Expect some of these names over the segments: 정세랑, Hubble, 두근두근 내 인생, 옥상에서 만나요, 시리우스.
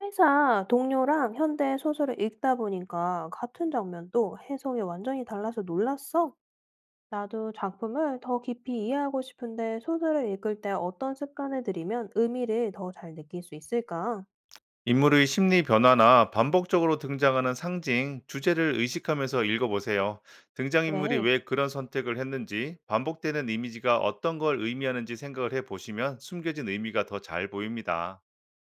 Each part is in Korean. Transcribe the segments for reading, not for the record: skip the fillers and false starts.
회사 동료랑 현대 소설을 읽다 보니까 같은 장면도 해석이 완전히 달라서 놀랐어. 나도 작품을 더 깊이 이해하고 싶은데 소설을 읽을 때 어떤 습관을 들이면 의미를 더 잘 느낄 수 있을까? 인물의 심리 변화나 반복적으로 등장하는 상징, 주제를 의식하면서 읽어보세요. 등장인물이 그래, 왜 그런 선택을 했는지, 반복되는 이미지가 어떤 걸 의미하는지 생각을 해보시면 숨겨진 의미가 더 잘 보입니다.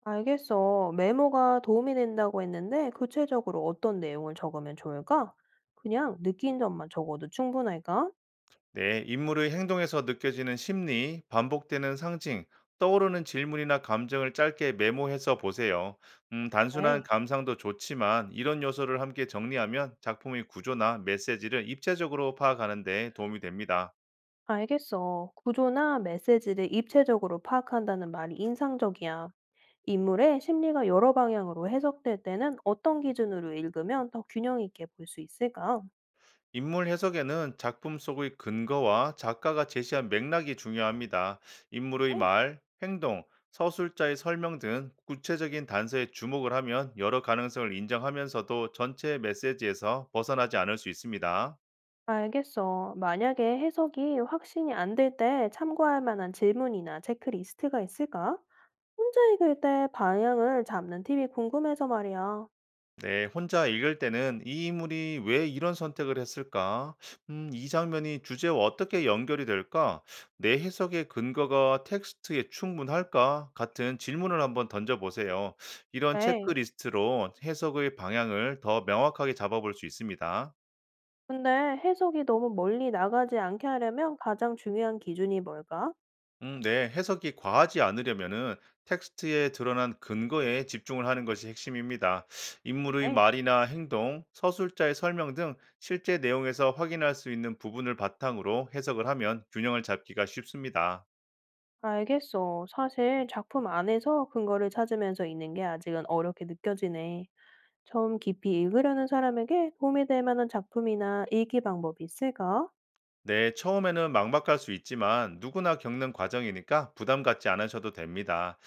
알겠어. 메모가 도움이 된다고 했는데 구체적으로 어떤 내용을 적으면 좋을까? 그냥 느낀 점만 적어도 충분할까? 네, 인물의 행동에서 느껴지는 심리, 반복되는 상징, 떠오르는 질문이나 감정을 짧게 메모해서 보세요. 단순한 네, 감상도 좋지만 이런 요소를 함께 정리하면 작품의 구조나 메시지를 입체적으로 파악하는 데 도움이 됩니다. 알겠어. 구조나 메시지를 입체적으로 파악한다는 말이 인상적이야. 인물의 심리가 여러 방향으로 해석될 때는 어떤 기준으로 읽으면 더 균형 있게 볼 수 있을까? 인물 해석에는 작품 속의 근거와 작가가 제시한 맥락이 중요합니다. 인물의 네. 말, 행동, 서술자의 설명 등 구체적인 단서에 주목을 하면 여러 가능성을 인정하면서도 전체 메시지에서 벗어나지 않을 수 있습니다. 알겠어. 만약에 해석이 확신이 안 될 때 참고할 만한 질문이나 체크리스트가 있을까? 혼자 읽을 때 방향을 잡는 팁이 궁금해서 말이야. 네, 혼자 읽을 때는 이 인물이 왜 이런 선택을 했을까? 이 장면이 주제와 어떻게 연결이 될까? 내 해석의 근거가 텍스트에 충분할까? 같은 질문을 한번 던져보세요. 이런 네. 체크리스트로 해석의 방향을 더 명확하게 잡아볼 수 있습니다. 근데 해석이 너무 멀리 나가지 않게 하려면 가장 중요한 기준이 뭘까? 네. 해석이 과하지 않으려면은 텍스트에 드러난 근거에 집중을 하는 것이 핵심입니다. 인물의 네. 말이나 행동, 서술자의 설명 등 실제 내용에서 확인할 수 있는 부분을 바탕으로 해석을 하면 균형을 잡기가 쉽습니다. 알겠어. 사실 작품 안에서 근거를 찾으면서 읽는 게 아직은 어렵게 느껴지네. 처음 깊이 읽으려는 사람에게 도움이 될 만한 작품이나 읽기 방법이 있을까? 네, 처음에는 막막할 수 있지만 누구나 겪는 과정이니까 부담 갖지 않으셔도 됩니다.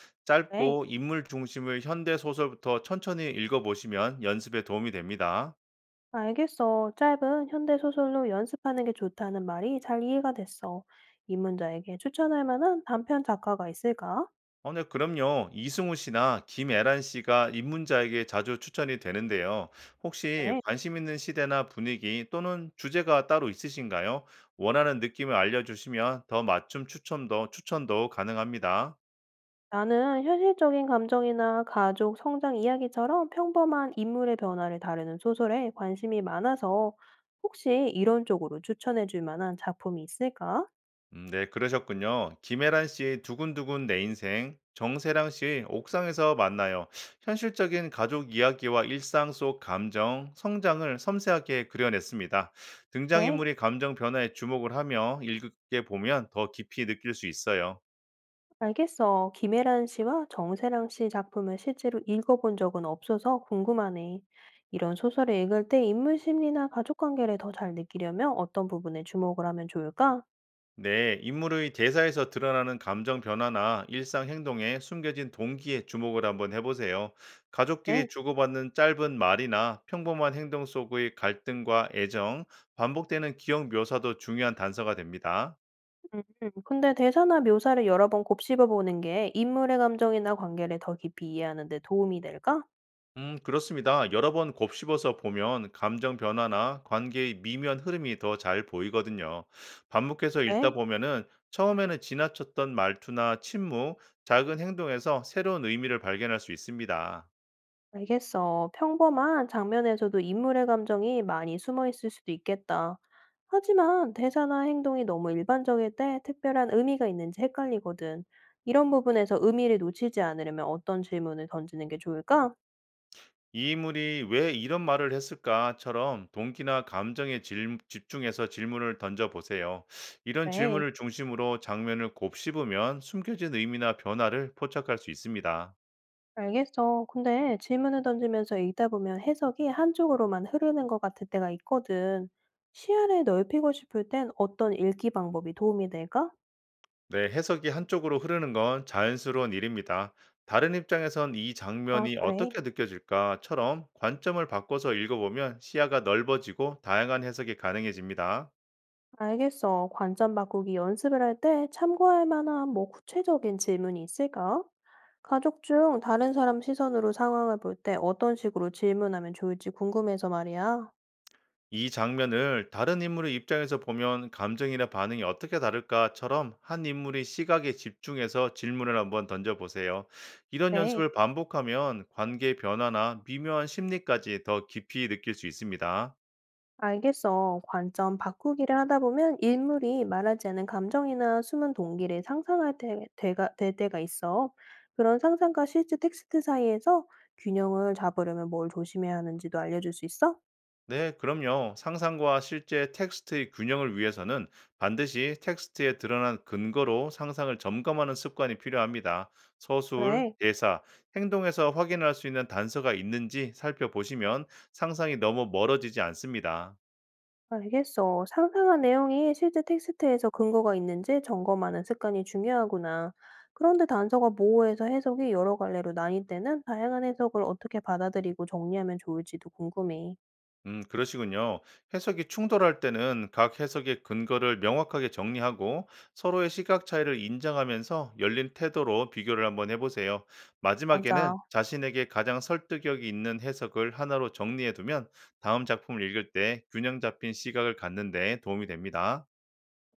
네, 짧고 인물 중심의 현대 소설부터 천천히 읽어보시면 연습에 도움이 됩니다. 알겠어. 짧은 현대 소설로 연습하는 게 좋다는 말이 잘 이해가 됐어. 입문자에게 추천할 만한 단편 작가가 있을까? 네, 그럼요. 이승우 씨나 김애란 씨가 입문자에게 자주 추천이 되는데요. 혹시 네. 관심 있는 시대나 분위기 또는 주제가 따로 있으신가요? 원하는 느낌을 알려주시면 더 맞춤 추천도 가능합니다. 나는 현실적인 감정이나 가족 성장 이야기처럼 평범한 인물의 변화를 다루는 소설에 관심이 많아서 혹시 이런 쪽으로 추천해 줄 만한 작품이 있을까? 네, 그러셨군요. 김혜란 씨의 두근두근 내 인생, 정세랑 씨의 옥상에서 만나요. 현실적인 가족 이야기와 일상 속 감정, 성장을 섬세하게 그려냈습니다. 네. 등장인물의 감정 변화에 주목을 하며 읽게 보면 더 깊이 느낄 수 있어요. 알겠어. 김혜란 씨와 정세랑 씨 작품을 실제로 읽어본 적은 없어서 궁금하네. 이런 소설을 읽을 때 인물 심리나 가족 관계를 더 잘 느끼려면 어떤 부분에 주목을 하면 좋을까? 네, 인물의 대사에서 드러나는 감정 변화나 일상 행동에 숨겨진 동기에 주목을 한번 해보세요. 네. 가족끼리 주고받는 짧은 말이나 평범한 행동 속의 갈등과 애정, 반복되는 기억 묘사도 중요한 단서가 됩니다. 근데 대사나 묘사를 여러 번 곱씹어 보는 게 인물의 감정이나 관계를 더 깊이 이해하는 데 도움이 될까? 그렇습니다. 여러 번 곱씹어서 보면 감정 변화나 관계의 미묘한 흐름이 더 잘 보이거든요. 반복해서 읽다 네. 보면은 처음에는 지나쳤던 말투나 침묵, 작은 행동에서 새로운 의미를 발견할 수 있습니다. 알겠어. 평범한 장면에서도 인물의 감정이 많이 숨어 있을 수도 있겠다. 하지만 대사나 행동이 너무 일반적일 때 특별한 의미가 있는지 헷갈리거든. 이런 부분에서 의미를 놓치지 않으려면 어떤 질문을 던지는 게 좋을까? 이 인물이 "왜 이런 말을 했을까?"처럼 동기나 감정에 질 집중해서 질문을 던져 보세요. 이런 그래. 질문을 중심으로 장면을 곱씹으면 숨겨진 의미나 변화를 포착할 수 있습니다. 알겠어. 근데 질문을 던지면서 읽다 보면 해석이 한쪽으로만 흐르는 것 같을 때가 있거든. 시야를 넓히고 싶을 땐 어떤 읽기 방법이 도움이 될까? 네, 해석이 한쪽으로 흐르는 건 자연스러운 일입니다. "다른 입장에선 이 아, 장면이 그래. 어떻게 느껴질까?"처럼 관점을 바꿔서 읽어보면 시야가 넓어지고 다양한 해석이 가능해집니다. 알겠어. 관점 바꾸기 연습을 할 때 참고할 만한 뭐 구체적인 질문이 있을까? 가족 중 다른 사람 시선으로 상황을 볼 때 어떤 식으로 질문하면 좋을지 궁금해서 말이야. 이 장면을 다른 인물의 입장에서 보면 감정이나 반응이 어떻게 다를까처럼 한 인물의 시각에 집중해서 질문을 한번 던져보세요. 이런 네, 연습을 반복하면 관계의 변화나 미묘한 심리까지 더 깊이 느낄 수 있습니다. 알겠어. 관점 바꾸기를 하다 보면 인물이 말하지 않은 감정이나 숨은 동기를 상상할 때, 될 때가 있어. 그런 상상과 실제 텍스트 사이에서 균형을 잡으려면 뭘 조심해야 하는지도 알려줄 수 있어? 네, 그럼요. 상상과 실제 텍스트의 균형을 위해서는 반드시 텍스트에 드러난 근거로 상상을 점검하는 습관이 필요합니다. 서술, 그래. 대사, 행동에서 확인할 수 있는 단서가 있는지 살펴보시면 상상이 너무 멀어지지 않습니다. 알겠어. 상상한 내용이 실제 텍스트에서 근거가 있는지 점검하는 습관이 중요하구나. 그런데 단서가 모호해서 해석이 여러 갈래로 나뉠 때는 다양한 해석을 어떻게 받아들이고 정리하면 좋을지도 궁금해. 그러시군요. 해석이 충돌할 때는 각 해석의 근거를 명확하게 정리하고 서로의 시각 차이를 인정하면서 열린 태도로 비교를 한번 해보세요. 마지막에는 맞아. 자신에게 가장 설득력이 있는 해석을 하나로 정리해두면 다음 작품을 읽을 때 균형 잡힌 시각을 갖는 데 도움이 됩니다.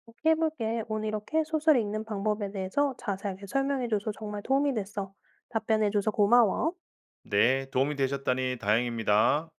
이 해볼게. 오늘 이렇게 소설 읽는 방법에 대해서 자세하게 설명해줘서 정말 도움이 됐어. 답변해줘서 고마워. 네, 도움이 되셨다니 다행입니다.